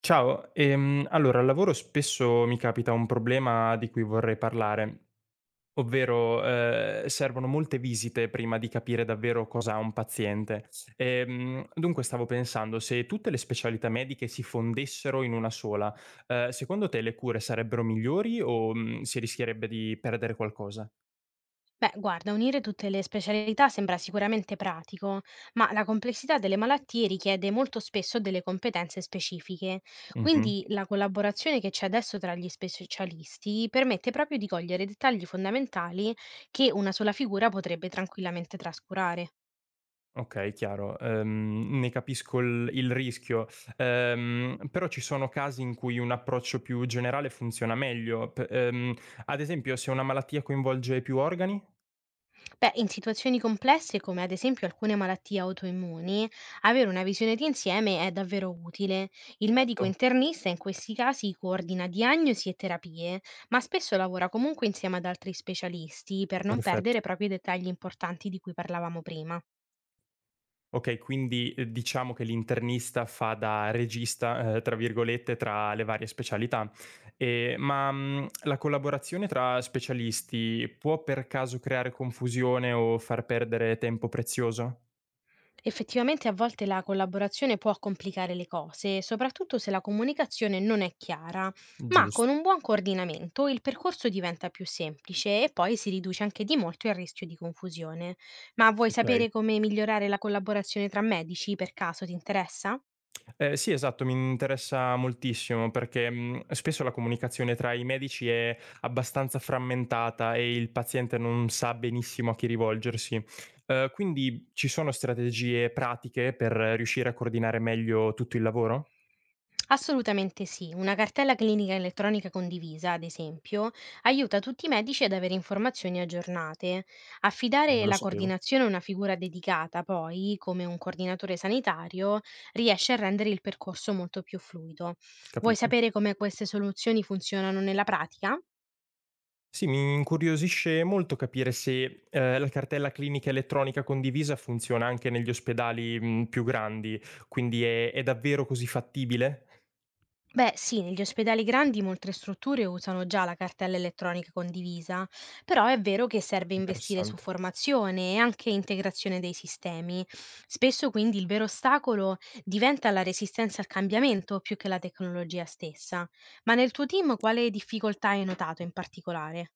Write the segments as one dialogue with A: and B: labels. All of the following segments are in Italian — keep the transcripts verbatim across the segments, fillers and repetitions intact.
A: Ciao, ehm, allora al lavoro spesso mi capita un problema di cui vorrei parlare, ovvero eh, servono molte visite prima di capire davvero cosa ha un paziente. Ehm, dunque stavo pensando, se tutte le specialità mediche si fondessero in una sola, eh, secondo te le cure sarebbero migliori o mm, si rischierebbe di perdere qualcosa?
B: Beh, guarda, unire tutte le specialità sembra sicuramente pratico, ma la complessità delle malattie richiede molto spesso delle competenze specifiche, quindi la collaborazione che c'è adesso tra gli specialisti permette proprio di cogliere dettagli fondamentali che una sola figura potrebbe tranquillamente trascurare.
A: Okay, chiaro. Ehm, ne capisco il il rischio, ehm, però ci sono casi in cui un approccio più generale funziona meglio. P ehm, Ad esempio se una malattia coinvolge più organi?
B: Beh, in situazioni complesse come ad esempio alcune malattie autoimmuni, avere una visione di insieme è davvero utile. Il medico
A: Certo.
B: internista in questi casi coordina diagnosi e terapie, ma spesso lavora comunque insieme ad altri specialisti per non
A: Perfetto.
B: perdere proprio i dettagli importanti di cui parlavamo prima.
A: Okay, quindi, ehm, diciamo che l'internista fa da "regista", ehm, tra virgolette, tra le varie specialità. Ehm, ma, mhmm, la collaborazione tra specialisti può per caso creare confusione o far perdere tempo prezioso?
B: Effettivamente a volte la collaborazione può complicare le cose, soprattutto se la comunicazione non è chiara, ma con
A: Giust
B: un buon coordinamento il percorso diventa più semplice e poi si riduce anche di molto il rischio di confusione. Ma vuoi
A: Okay.
B: sapere come migliorare la collaborazione tra medici, per caso ti interessa?
A: Ehm, sì, esatto, mi interessa moltissimo perché, mhmm, spesso la comunicazione tra i medici è abbastanza frammentata e il paziente non sa benissimo a chi rivolgersi. Ehm, quindi ci sono strategie pratiche per riuscire a coordinare meglio tutto il lavoro?
B: Assolutamente sì, una cartella clinica elettronica condivisa, ad esempio, aiuta tutti i medici ad avere informazioni aggiornate. Affidare
A: Non lo
B: la
A: sapevo.
B: coordinazione a una figura dedicata, poi, come un coordinatore sanitario, riesce a rendere il percorso molto più fluido. Vuoi
A: Capito.
B: sapere come queste soluzioni funzionano nella pratica?
A: Sì, mi incuriosisce molto capire se, ehm, la cartella clinica elettronica condivisa funziona anche negli ospedali, mhmm, più grandi, quindi è è davvero così fattibile?
B: Beh, sì, negli ospedali grandi molte strutture usano già la cartella elettronica condivisa, però è vero che serve investire su
A: Interessante.
B: formazione e anche integrazione dei sistemi. Spesso quindi il vero ostacolo diventa la resistenza al cambiamento più che la tecnologia stessa. Ma nel tuo team quale difficoltà hai notato in particolare?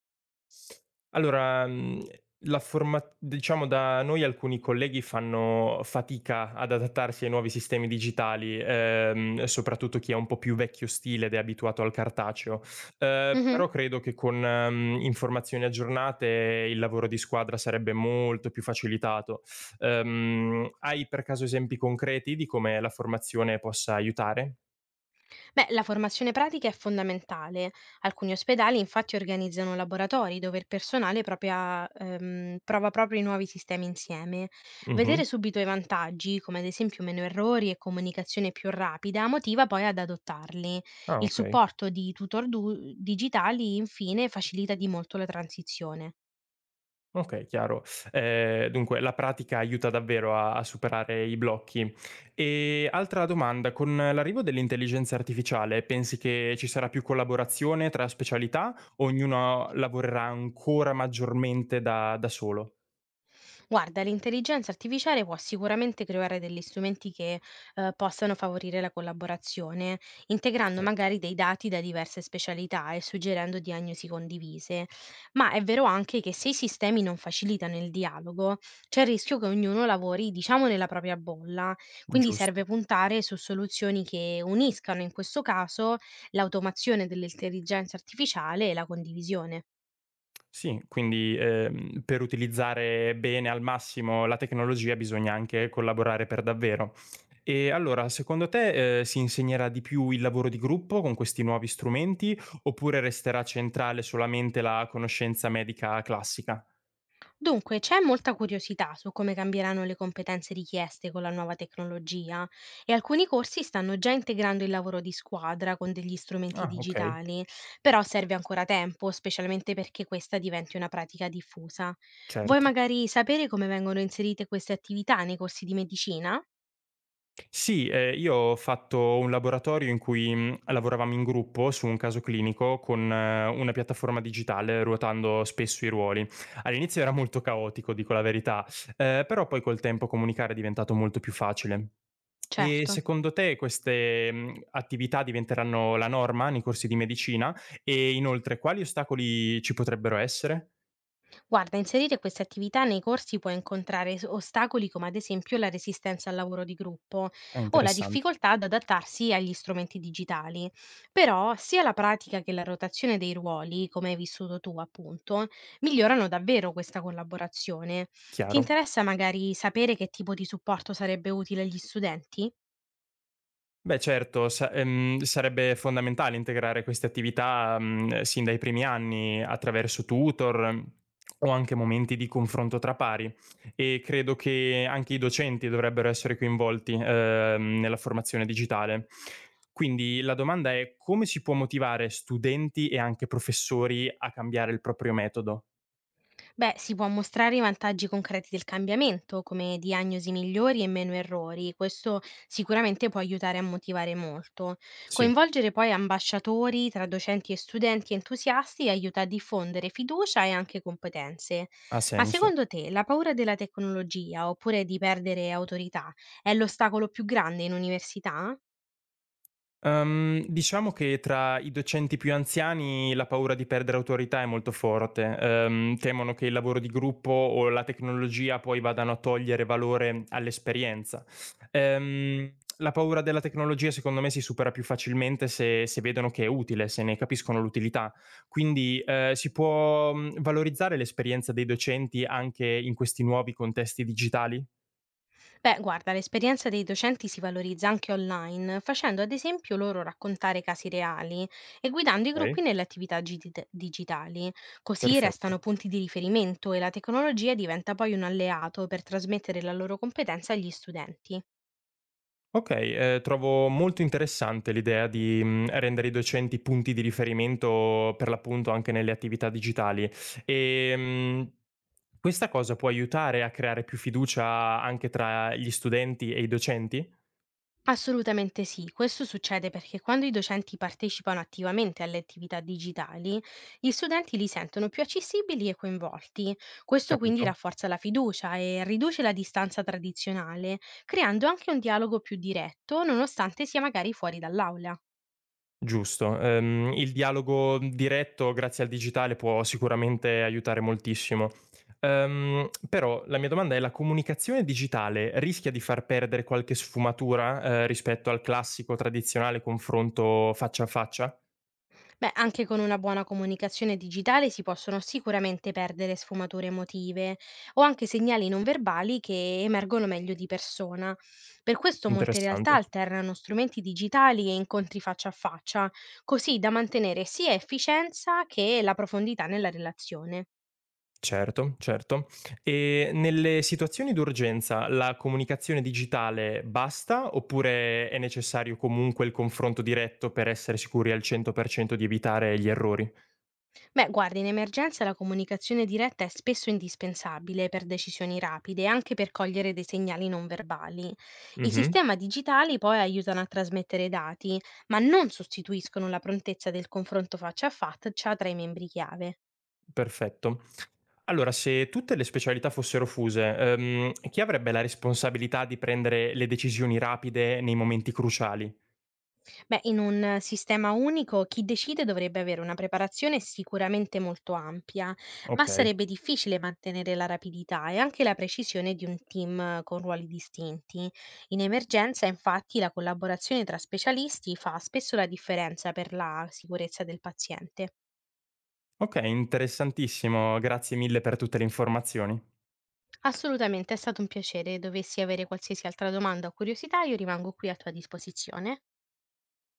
A: Allora, mhmm, la forma diciamo da noi alcuni colleghi fanno fatica ad adattarsi ai nuovi sistemi digitali, ehm, soprattutto chi è un po' più vecchio stile ed è abituato al cartaceo. Ehm,
B: Mhm.
A: però credo che con, mhmm, informazioni aggiornate il lavoro di squadra sarebbe molto più facilitato. Ehm, hai per caso esempi concreti di come la formazione possa aiutare?
B: Beh, la formazione pratica è fondamentale. Alcuni ospedali infatti organizzano laboratori dove il personale propria- ehm, prova proprio i nuovi sistemi insieme.
A: Mh-mh.
B: Vedere subito i vantaggi, come ad esempio meno errori e comunicazione più rapida, motiva poi ad adottarli.
A: Ah,
B: Il
A: okay.
B: supporto di tutor du- digitali infine facilita di molto la transizione.
A: Okay, chiaro. Ehm, dunque la pratica aiuta davvero a a superare i blocchi. E altra domanda: con l'arrivo dell'intelligenza artificiale pensi che ci sarà più collaborazione tra specialità o ognuno lavorerà ancora maggiormente da da solo?
B: Guarda, l'intelligenza artificiale può sicuramente creare degli strumenti che eh, possano favorire la collaborazione, integrando
A: Perfetto,
B: magari dei dati da diverse specialità e suggerendo diagnosi condivise, ma è vero anche che se i sistemi non facilitano il dialogo, c'è il rischio che ognuno lavori, diciamo, nella propria bolla, quindi
A: giust
B: serve puntare su soluzioni che uniscano in questo caso l'automazione dell'intelligenza artificiale e la condivisione.
A: sì, quindi, ehm, per utilizzare bene al massimo la tecnologia bisogna anche collaborare per davvero. E allora, secondo te, ehm, si insegnerà di più il lavoro di gruppo con questi nuovi strumenti, oppure resterà centrale solamente la conoscenza medica classica?
B: Dunque, c'è molta curiosità su come cambieranno le competenze richieste con la nuova tecnologia e alcuni corsi stanno già integrando il lavoro di squadra con degli strumenti
A: Ah okay,
B: digitali, però serve ancora tempo, specialmente perché questa diventi una pratica diffusa. Vuoi
A: certo.
B: magari sapere come vengono inserite queste attività nei corsi di medicina?
A: Sì, ehm, io ho fatto un laboratorio in cui, mhmm, lavoravamo in gruppo su un caso clinico con eh, una piattaforma digitale, ruotando spesso i ruoli. All'inizio era molto caotico, dico la verità, ehm, però poi col tempo comunicare è diventato molto più facile. E
B: Certo.
A: secondo te queste, mhmm, attività diventeranno la norma nei corsi di medicina? E inoltre quali ostacoli ci potrebbero essere?
B: Guarda, inserire queste attività nei corsi può incontrare s- ostacoli come ad esempio la resistenza al lavoro di gruppo
A: È
B: o la
A: interessante.
B: difficoltà ad adattarsi agli strumenti digitali. Però sia la pratica che la rotazione dei ruoli, come hai vissuto tu appunto, migliorano davvero questa collaborazione. Ti
A: Chiaro.
B: interessa magari sapere che tipo di supporto sarebbe utile agli studenti?
A: Beh certo, sa ehm, sarebbe fondamentale integrare queste attività, mhmm, sin dai primi anni attraverso tutor mm, o anche momenti di confronto tra pari e credo che anche i docenti dovrebbero essere coinvolti, ehm, nella formazione digitale. Quindi la domanda è: come si può motivare studenti e anche professori a cambiare il proprio metodo?
B: Beh, si può mostrare i vantaggi concreti del cambiamento, come diagnosi migliori e meno errori. Questo sicuramente può aiutare a motivare molto.
A: Sì,
B: Coinvolgere poi ambasciatori tra docenti e studenti entusiasti aiuta a diffondere fiducia e anche competenze.
A: ha
B: Ma
A: senso.
B: secondo te la paura della tecnologia oppure di perdere autorità è l'ostacolo più grande in università?
A: Uhm, diciamo che tra i docenti più anziani la paura di perdere autorità è molto forte. Uhm, temono che il lavoro di gruppo o la tecnologia poi vadano a togliere valore all'esperienza. Ehm, la paura della tecnologia secondo me si supera più facilmente se se vedono che è utile, se ne capiscono l'utilità. Quindi, ehm, si può, mhmm, valorizzare l'esperienza dei docenti anche in questi nuovi contesti digitali?
B: Beh, guarda, l'esperienza dei docenti si valorizza anche online, facendo ad esempio loro raccontare casi reali e guidando i gruppi
A: Okay,
B: nelle attività gidi- digitali. Così restano
A: perfetto.
B: punti di riferimento e la tecnologia diventa poi un alleato per trasmettere la loro competenza agli studenti.
A: Okay, ehm, trovo molto interessante l'idea di, mhmm, rendere i docenti punti di riferimento per l'appunto anche nelle attività digitali. Ehm, Questa cosa può aiutare a creare più fiducia anche tra gli studenti e i docenti?
B: Assolutamente sì, questo succede perché quando i docenti partecipano attivamente alle attività digitali, gli studenti li sentono più accessibili e coinvolti. Questo quindi
A: Capito?
B: rafforza la fiducia e riduce la distanza tradizionale, creando anche un dialogo più diretto, nonostante sia magari fuori dall'aula.
A: Giusto. Ehm, il dialogo diretto grazie al digitale può sicuramente aiutare moltissimo. Ehm, però la mia domanda è: la comunicazione digitale rischia di far perdere qualche sfumatura, ehm, rispetto al classico tradizionale confronto faccia a faccia?
B: Beh, anche con una buona comunicazione digitale si possono sicuramente perdere sfumature emotive o anche segnali non verbali che emergono meglio di persona. Per questo molte realtà
A: Interessante.
B: alternano strumenti digitali e incontri faccia a faccia, così da mantenere sia efficienza che la profondità nella relazione.
A: Certo, certo. E nelle situazioni d'urgenza la comunicazione digitale basta, oppure è necessario comunque il confronto diretto per essere sicuri al cento per cento di evitare gli errori?
B: Beh, guarda, in emergenza la comunicazione diretta è spesso indispensabile per decisioni rapide e anche per cogliere dei segnali non verbali. I
A: Mh-mh.
B: sistemi digitali poi aiutano a trasmettere dati, ma non sostituiscono la prontezza del confronto faccia a faccia tra i membri chiave.
A: Perfetto. Allora, se tutte le specialità fossero fuse, ehm, chi avrebbe la responsabilità di prendere le decisioni rapide nei momenti cruciali?
B: Beh, in un sistema unico chi decide dovrebbe avere una preparazione sicuramente molto ampia, ma
A: Okay.
B: sarebbe difficile mantenere la rapidità e anche la precisione di un team con ruoli distinti. In emergenza, infatti, la collaborazione tra specialisti fa spesso la differenza per la sicurezza del paziente.
A: Okay, interessantissimo. Grazie mille per tutte le informazioni.
B: Assolutamente, è stato un piacere. Dovessi avere qualsiasi altra domanda o curiosità, io rimango qui a tua disposizione.